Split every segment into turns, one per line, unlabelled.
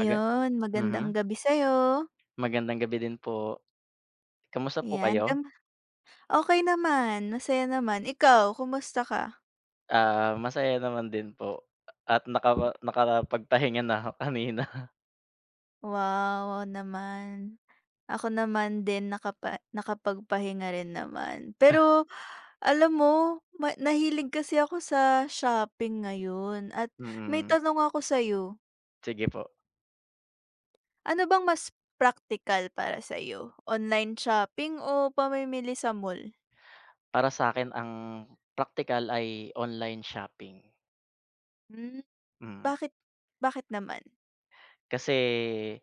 Maga
magandang
mhm.
gabi sa'yo.
Magandang gabi din po. Kamusta po
Ayan,
kayo?
okay naman, masaya naman. Ikaw, kumusta ka?
Masaya naman din po at nakapagpahinga na kanina.
Wow, wow naman. Ako naman din nakapagpahinga rin naman. Pero alam mo, nahilig kasi ako sa shopping ngayon at may
Mm,
tanong ako sa'yo.
Sige po.
Ano bang mas practical para sa'yo, online shopping o pamimili sa mall?
Para sa'kin ang praktikal ay online shopping.
Hmm,
Mm,
bakit bakit naman?
Kasi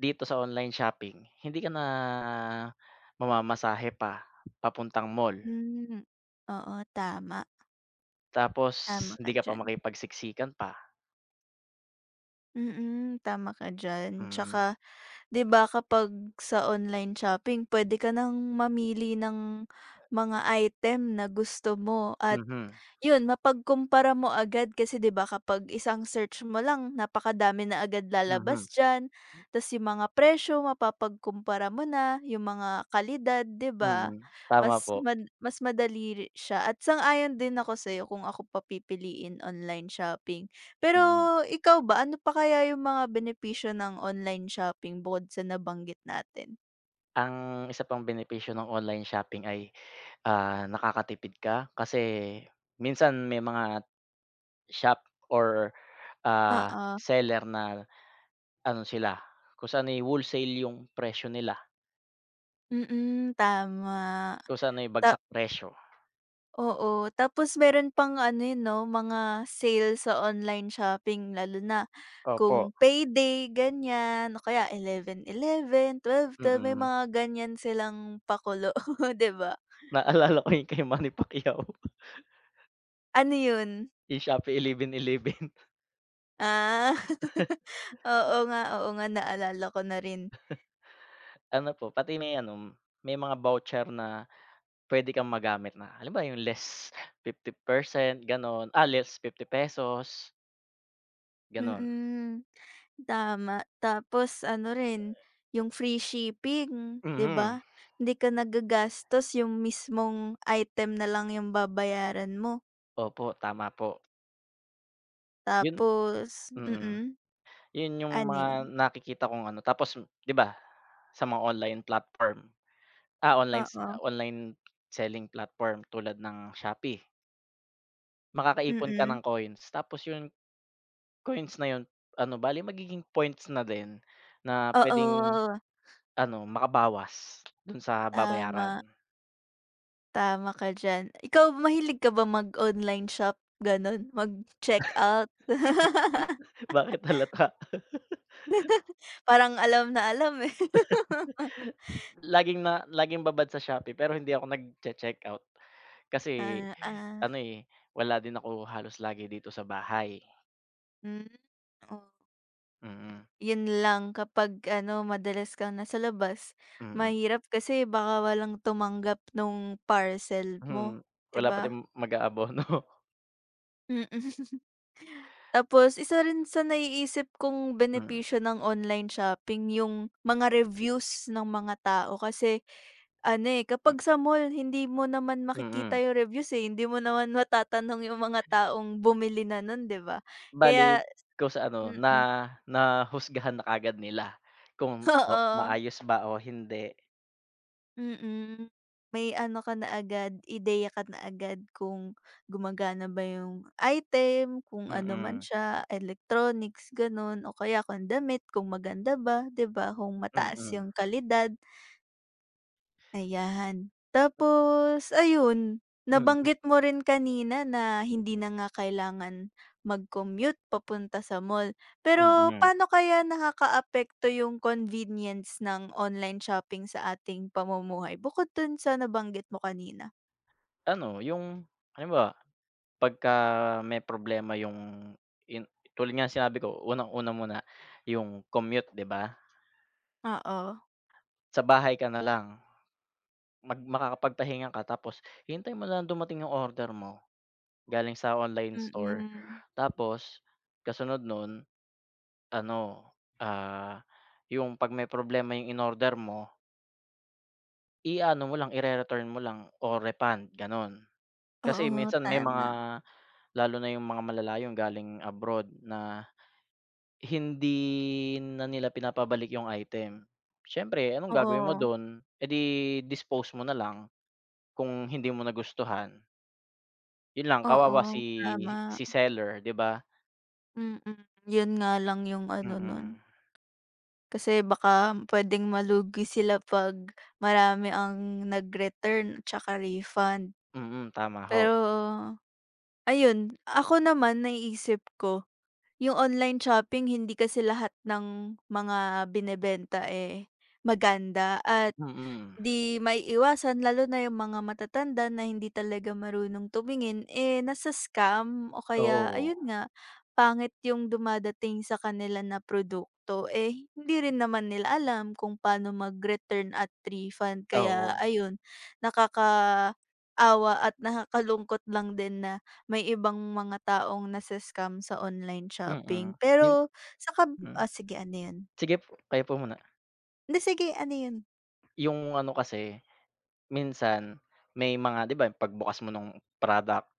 dito sa online shopping hindi ka na mamamasahe pa papuntang mall,
Hmm, oo, tama.
tapos
Tama
hindi
ka
ka pa
diyan.
makipagsiksikan pa.
Mm, tama ka diyan.
Mm.
Tsaka 'di ba kapag sa online shopping pwede ka ng mamili ng mga item na gusto mo at
Mhm.
yun mapagkumpara mo agad kasi 'di ba kapag isang search mo lang napakadami na agad
Mhm.
lalabas diyan, ta's yung mga presyo mapapagkumpara mo na, yung mga kalidad 'di ba?
Mm. Tama
Mas
po.
mad mas madali siya at sang-ayon din ako sa'yo kung ako papipiliin online shopping. Pero
Mm.
ikaw ba, ano pa kaya yung mga benepisyo ng online shopping bukod sa nabanggit natin?
Ang isa pang benepisyo ng online shopping ay, nakakatipid ka kasi minsan may mga shop or,
Oo,
seller na ano sila, kung saan, eh, wholesale yung presyo nila,
mm, tama.
kung saan, eh,
Ta
bagsak presyo.
oo, tapos meron pang ano yun 'no, mga sale sa online shopping lalo na
Opo.
kung payday ganyan o kaya eleven eleven twelve 12 may
Mm.
mga ganyan silang pakulo, 'di ba?
Naalala ko yung kay Manny Pacquiao,
Ano yun?
yung Shopee 11/11.
Ah, oo nga naalala ko na rin.
Ano po, pati may ano, may mga voucher na pwede kang magamit na alam ba yung less 50%? Gano'n, less ₱50? Gano'n.
Mm, tama. Tapos ano rin, yung free shipping, 'di
Mhm,
ba? Hindi ka nagagastos yung mismong item na lang yung babayaran mo.
opo, tama po. 'Yun
Tapos
mm, 'Yun yung
ano
mga
yun?
nakikita kong ano tapos 'di ba sa mga online platform, ah, online s
Oo,
online selling platform tulad ng Shopee, makakaipon ka
mm.
ng coins tapos yung coins na 'yun ano bale magiging points na din na puwedeng
Oo,
ano makabawas dun sa babayaran.
tama, tama ka diyan. Ikaw, mahilig ka ba mag-online shop, gano'n? Mag-checkout?
Bakit halata?
Parang alam na alam, eh.
Laging na laging babad sa Shopee pero hindi ako nagche-checkout. Kasi
Ah, ah,
ano, eh, wala din ako halos lagi dito sa bahay.
hmm, o.
Mm.
Yun lang kapag ano madalas kang nasa labas,
Mm.
mahirap kasi baka walang tumanggap nung parcel mo,
hmm,
'di
Wala pati
ba?
mag-aabono.
Mm. Tapos isa rin sa naiisip kong benepisyo ng online shopping yung mga reviews ng mga tao kasi ano, eh, kapag sa mall hindi mo naman
Mm.
makikita
Mm.
yung reviews, eh, hindi mo naman matatanong yung mga taong bumili na nun, 'di ba?
Bale
Kaya
ikaw sa ano na
mm,
nahusgahan na kaagad nila kung o
oo.
maayos ba o hindi.
Mm. May ano ka na agad, ideya ka na agad kung gumagana ba yung item, kung ano man
Mm.
siya, electronics, gano'n o kaya kung damit, kung maganda ba, 'di ba, kung mataas
Mm.
yung kalidad. Ayan. Tapos ayun,
Mm.
nabanggit mo rin kanina na hindi na nga kailangan mag-commute papunta sa mall. Pero
Mm.
paano kaya nakakaapekto yung convenience ng online shopping sa ating pamumuhay bukod dun sa nabanggit mo kanina?
Ano yung halimbawa pagka may problema yung yun tulad nga ng sinabi ko unang-una muna yung commute, 'di ba?
Oo.
Sa bahay ka na lang. Makakapagpahinga ka tapos hintayin mo lang dumating yung order mo galing sa online
Mm.
store.
Mm.
Tapos kasunod nun ano, ah, yung 'pag may problema yung inorder mo, i-aano mo lang, ire-return mo lang o refund, gano'n. Kasi
Oo,
minsan may mga
tama.
lalo na yung mga malalayong galing abroad na hindi na nila pinapabalik yung item. Siyempre anong gagawin mo
Oo.
dun, eh, di dispose mo na lang kung hindi mo nagustuhan. Yun lang kawawa si
Oo, tama.
si seller, 'di ba?
Mm. Yun nga lang yung ano nun.
Mm.
Kasi baka puwedeng malugi sila 'pag marami ang nag-return tsaka refund.
Mm, tama ho.
Pero ayun, ako naman naiisip ko yung online shopping hindi kasi lahat ng mga binebenta, eh, maganda at
Mm.
di may iwasan lalo na yung mga matatanda na hindi talaga marunong tumingin, eh, nasa-scam o kaya
Oo,
ayun nga, pangit yung dumadating sa kanila na produkto, eh, hindi rin naman nila alam kung paano mag-return at refund kaya
oo.
ayun, nakakaawa at nakakalungkot lang din na may ibang mga taong nasa-scam sa online shopping
Mm, yun,
pero sa kab
hmm.
sige, ano yun?
Sige po, kayo po muna.
Hindi, sige, ano yun?
Yung ano kasi, minsan may mga 'di ba pagbukas mo nung product,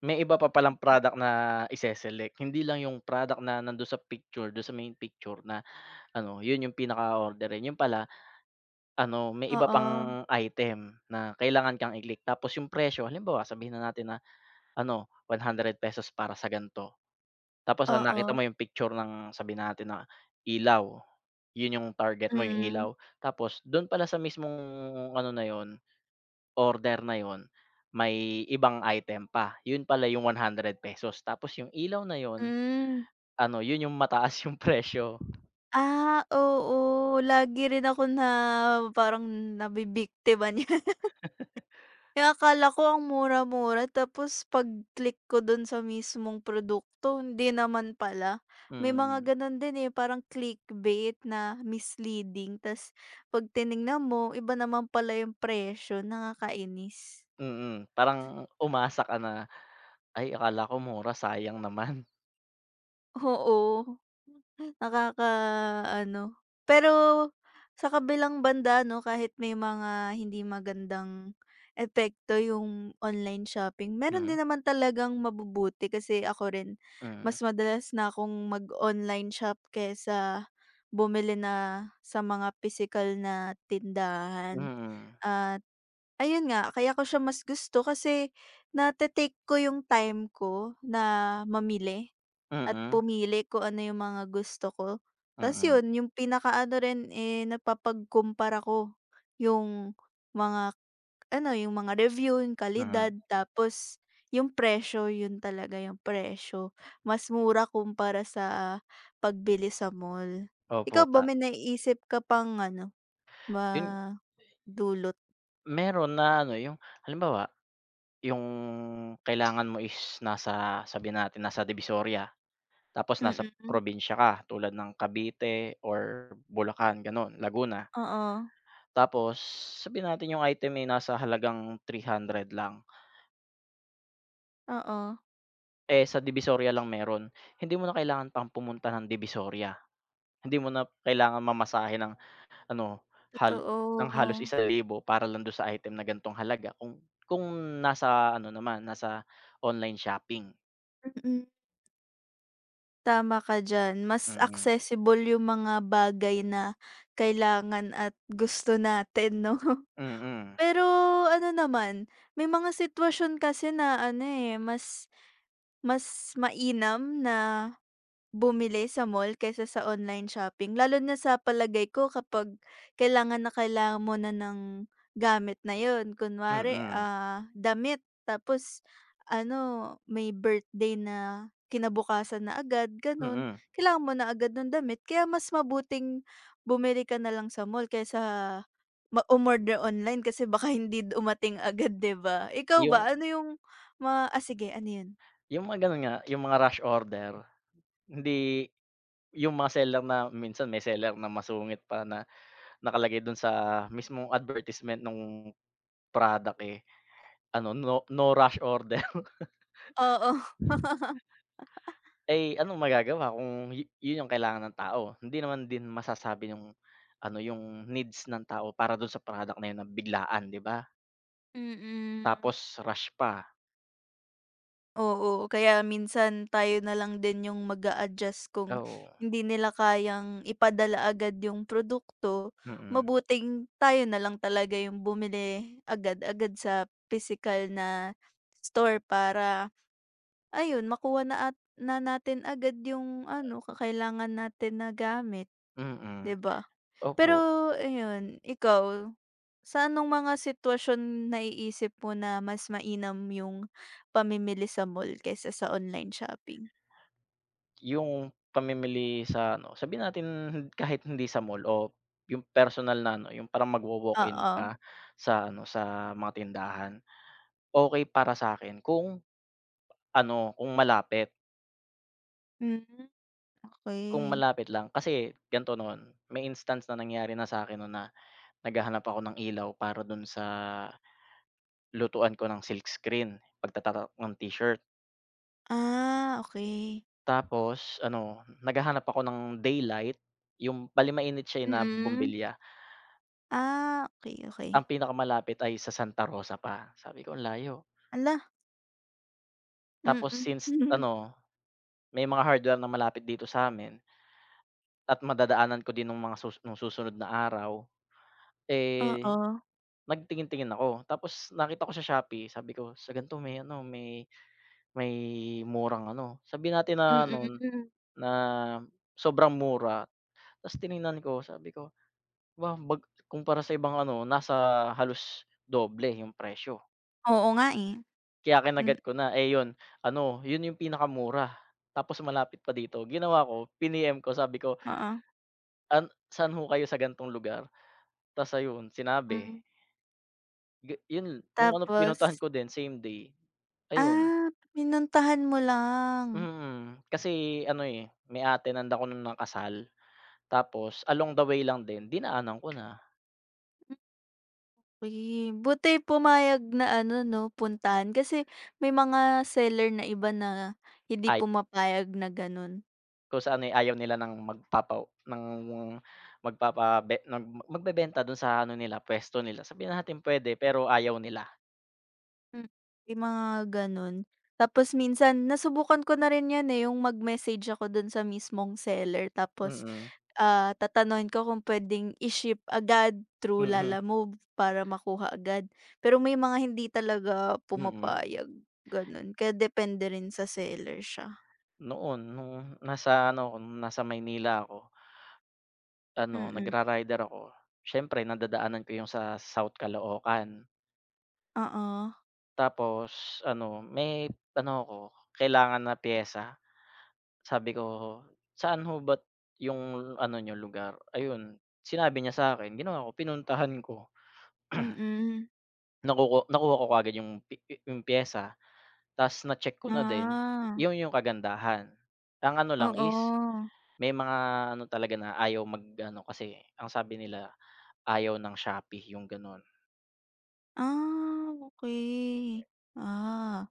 may iba pa palang product na ise-select. Hindi lang yung product na nandun sa picture, dun sa main picture na ano, yun yung pinaka-o-orderin. Yun pala ano, may iba
Oo,
pang item na kailangan kang i-click tapos yung presyo halimbawa sabihin na natin na ano, ₱100 para sa ganito. Tapos ang
oo,
nakita mo yung picture ng sabihin natin na ilaw, yun yung target mo, yung
mm,
ilaw. Tapos don pala sa mismong ano na yun, order na yun, may ibang item pa. Yun pala yung ₱100. Tapos yung ilaw na yun,
hmm.
ano, yun yung mataas yung presyo.
Ah, oo lagi rin ako na parang nabibiktima niyan. Eh, akala ko ang mura-mura tapos pag-click ko dun sa mismong produkto hindi naman pala. May mga
Mm.
ganun din, eh, parang clickbait na misleading ta's 'pag tinignan mo iba naman pala yung presyo, nakakainis.
Mm. Parang umasa ka na, "Ay akala ko mura, sayang naman."
Oo. Nakaka ano Pero sa kabilang banda 'no, kahit may mga hindi magandang epekto yung online shopping, meron
Hmm.
din naman talagang mabubuti kasi ako rin
Hmm.
mas madalas na akong mag-online shop kesa bumili na sa mga physical na
Mm.
tindahan.
Mm.
At ayun nga, kaya ko siya mas gusto kasi nate-take ko yung time ko na mamili. At
Mm.
pumili kung ano yung mga gusto ko. Ta's
Mm.
yun, yung pinakaano rin, eh, napapagkumpara ko yung mga ano, yung mga review, yung kalidad,
Mm.
tapos yung presyo, yun talaga yung presyo. Mas mura kumpara sa pagbili sa mall.
Opo,
Ikaw ba may naiisip ka pang ano,
yun.
madulot dulot?
Meron na ano, yung halimbawa, yung kailangan mo is nasa sabihin natin nasa Divisoria, tapos nasa
Mm.
probinsya ka tulad ng Cavite or Bulacan gano'n, Laguna.
Oo,
Tapos sabihin natin yung item ay nasa halagang 300 lang,
oo,
eh, sa Divisoria lang meron. Hindi mo na kailangan pang pumunta ng Divisoria, hindi mo na kailangan mamasahe ng ano, hal ng halos
totoo.
1,000 para lang do'n sa item na ganitong halaga kung nasa ano naman, nasa online shopping.
Mm. Tama ka diyan, mas
Mm.
accessible yung mga bagay na kailangan at gusto natin 'no.
Mm.
Pero ano naman, may mga sitwasyon kasi na ano, eh, mas mas mainam na bumili sa mall kaysa sa online shopping lalo na sa palagay ko kapag kailangan na kailangan mo na ng gamit na yun.
Mm.
Kunwari,
Mm.
damit tapos ano, may birthday na kinabukasan na agad ganun, kailangan mo na agad ng damit kaya mas mabuting bumili ka na lang sa mall kaysa umorder online kasi baka hindi dumating agad, 'di ba? Ikaw
Yung
ba ano yung sige, ano yun?
yung mga gano'n nga, yung mga rush order, hindi yung mga seller na minsan may seller na masungit pa na nakalagay dun sa mismong advertisement nung product, eh, ano, "No no rush order."
Oo.
Eh, anong magagawa kung yun yung kailangan ng tao? Hindi naman din masasabi yung ano, yung needs ng tao para dun sa product na yun na biglaan, 'di ba?
Mm. Mm.
Tapos rush pa,
Oo, kaya minsan tayo na lang din yung mag adjust kung
oo.
hindi nila kayang ipadala agad yung produkto,
Mm.
mabuting tayo na lang talaga yung bumili agad-agad sa physical na store para ayun makuha na at na natin agad yung ano, kakailangan natin na gamit, 'di
Mm.
ba? Pero
Opo.
ayun, ikaw, sa anong mga sitwasyon naiisip mo na mas mainam yung pamimili sa mall kaysa sa online shopping?
Yung pamimili sa ano, sabihin natin kahit hindi sa mall o yung personal na ano, yung parang magwo-walk-in
Oo.
ka sa ano, sa mga tindahan. Okey para sa'kin kung ano,
Hmm,
kung
okey.
malapit lang. Kasi ganito noon, may instance na nangyari na sa'kin no'n na naghahanap ako ng ilaw para do'n sa lutuan ko ng silk screen, pagtatatak ng t-shirt.
Ah, okey.
Tapos ano, naghahanap ako ng daylight, yung bale mainit siya, eh, na
Mm.
bumbilya.
Ah, okey, okey.
Ang pinakamalapit ay sa Santa Rosa pa, sabi ko, "Ang layo."
Hala,
Tapos
mm.
since ano, may mga hardware na malapit dito sa'min at madadaanan ko din nung mga nung susunod na araw, eh,
Oo,
nagtingin-tingin ako. Tapos nakita ko sa Shopee, sabi ko, "Sa ganito may ano, may murang ano." Sabihin natin na ano,
mm.
na sobrang mura. Tapos tiningnan ko, sabi ko, "Ba, bag Kumpara sa ibang ano, nasa halos doble yung presyo."
Oo nga, eh.
Kaya
Hmm,
kinagat ko na, eh, yun ano, yun yung pinakamura, tapos malapit pa dito. Ginawa ko, piniem ko sabi ko,
oo.
"An Saan ho kayo sa gan'tong lugar?" Ta's ayun sinabi,
Hmm,
yun nung ano
tapos?
pinuntahan ko din same day, ayun.
Ah, pinuntahan mo lang.
Mm, kasi ano, eh, may ate attend an ako nun tapos along the way lang din dinaanan ko na.
Okey, buti pumayag na ano 'no, puntahan kasi may mga seller na iba na hindi
Ay
pumapayag na gano'n.
kung saan, eh, ayaw nila ng magpapabe ng magbebenta dun sa ano nila puwesto nila. Sabihin na natin puwede pero ayaw nila,
Hmm. May mga gano'n. Tapos minsan nasubukan ko na rin 'yan, eh, yung mag-message ako do'n sa mismong seller tapos,
mm.
tatanungin ko kung puwedeng i-ship agad through
Mm.
Lalamove para makuha agad. Pero may mga hindi talaga
Mm.
pumapayag, gano'n. Kaya depende rin sa seller siya.
Noon nung nasa ano ako, nung nasa Maynila ako, ano
Mm.
nagra-rider ako, siyempre nadadaanan ko yung sa South Caloocan.
Oo,
Tapos ano, may ano ako, kailangan na piyesa. Sabi ko, "Saan ho ba yung ano niyo lugar?" Ayun, sinabi niya sa akin, ginawa ko, pinuntahan ko.
mm.
Nakuha ko kaagad yung piyesa, ta's na-check ko na din.
Ah,
Yun yung kagandahan. Ang ano lang is.
oo.
May mga ano talaga na ayaw mag-ano kasi ang sabi nila ayaw ng Shopee yung gano'n.
Ah, okey. Ah,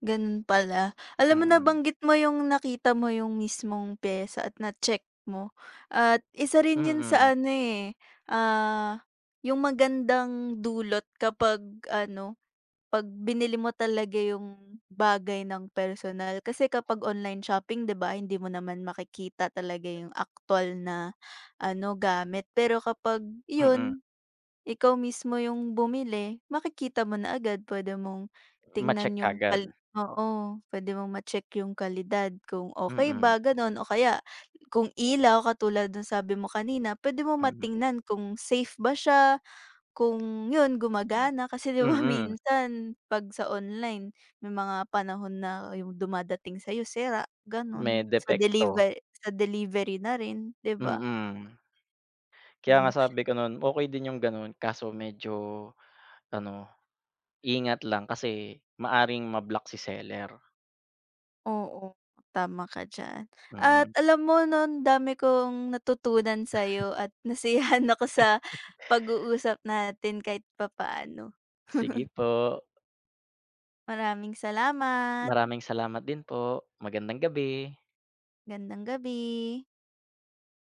gano'n pala. Alam mo
Mm.
nabanggit mo yung nakita mo yung mismong piyesa at na-check mo at isa rin yun
Mm.
sa ano, eh, ah, yung magandang dulot kapag ano, 'pag binili mo talaga yung bagay ng personal. Kasi kapag online shopping 'di ba, hindi mo naman makikita talaga yung aktuwal na ano, gamit. Pero kapag
Mm.
yun, ikaw mismo yung bumili, makikita mo na agad. Puwede mong tingnan
Ma-check
yung
kaagad.
oo, puwede mong ma-check yung kalidad kung okey
Mm.
ba, gano'n. O kaya kung ilaw, katulad nung sabi mo kanina, puwede mo
Mm.
matingnan kung safe ba siya, kung 'yun, gumagana. Kasi 'di ba
Mm.
minsan 'pag sa online, may mga panahon na yung dumadating sa'yo sira,
May
gano'n. Sa
depekto.
deliver sa delivery na rin, 'di ba?
Mm. Kaya nga
Mm.
sabi ko no'n okey din yung gano'n kaso medyo ano, ingat lang kasi maaring ma-block si seller.
Oo, tama ka diyan. At
Mm,
alam mo 'no, ang dami kong natutunan sa'yo at nasiyahan ako sa pag-uusap natin kahit papaano.
sige po,
Maraming salamat.
maraming salamat din po, magandang gabi.
Magandang gabi.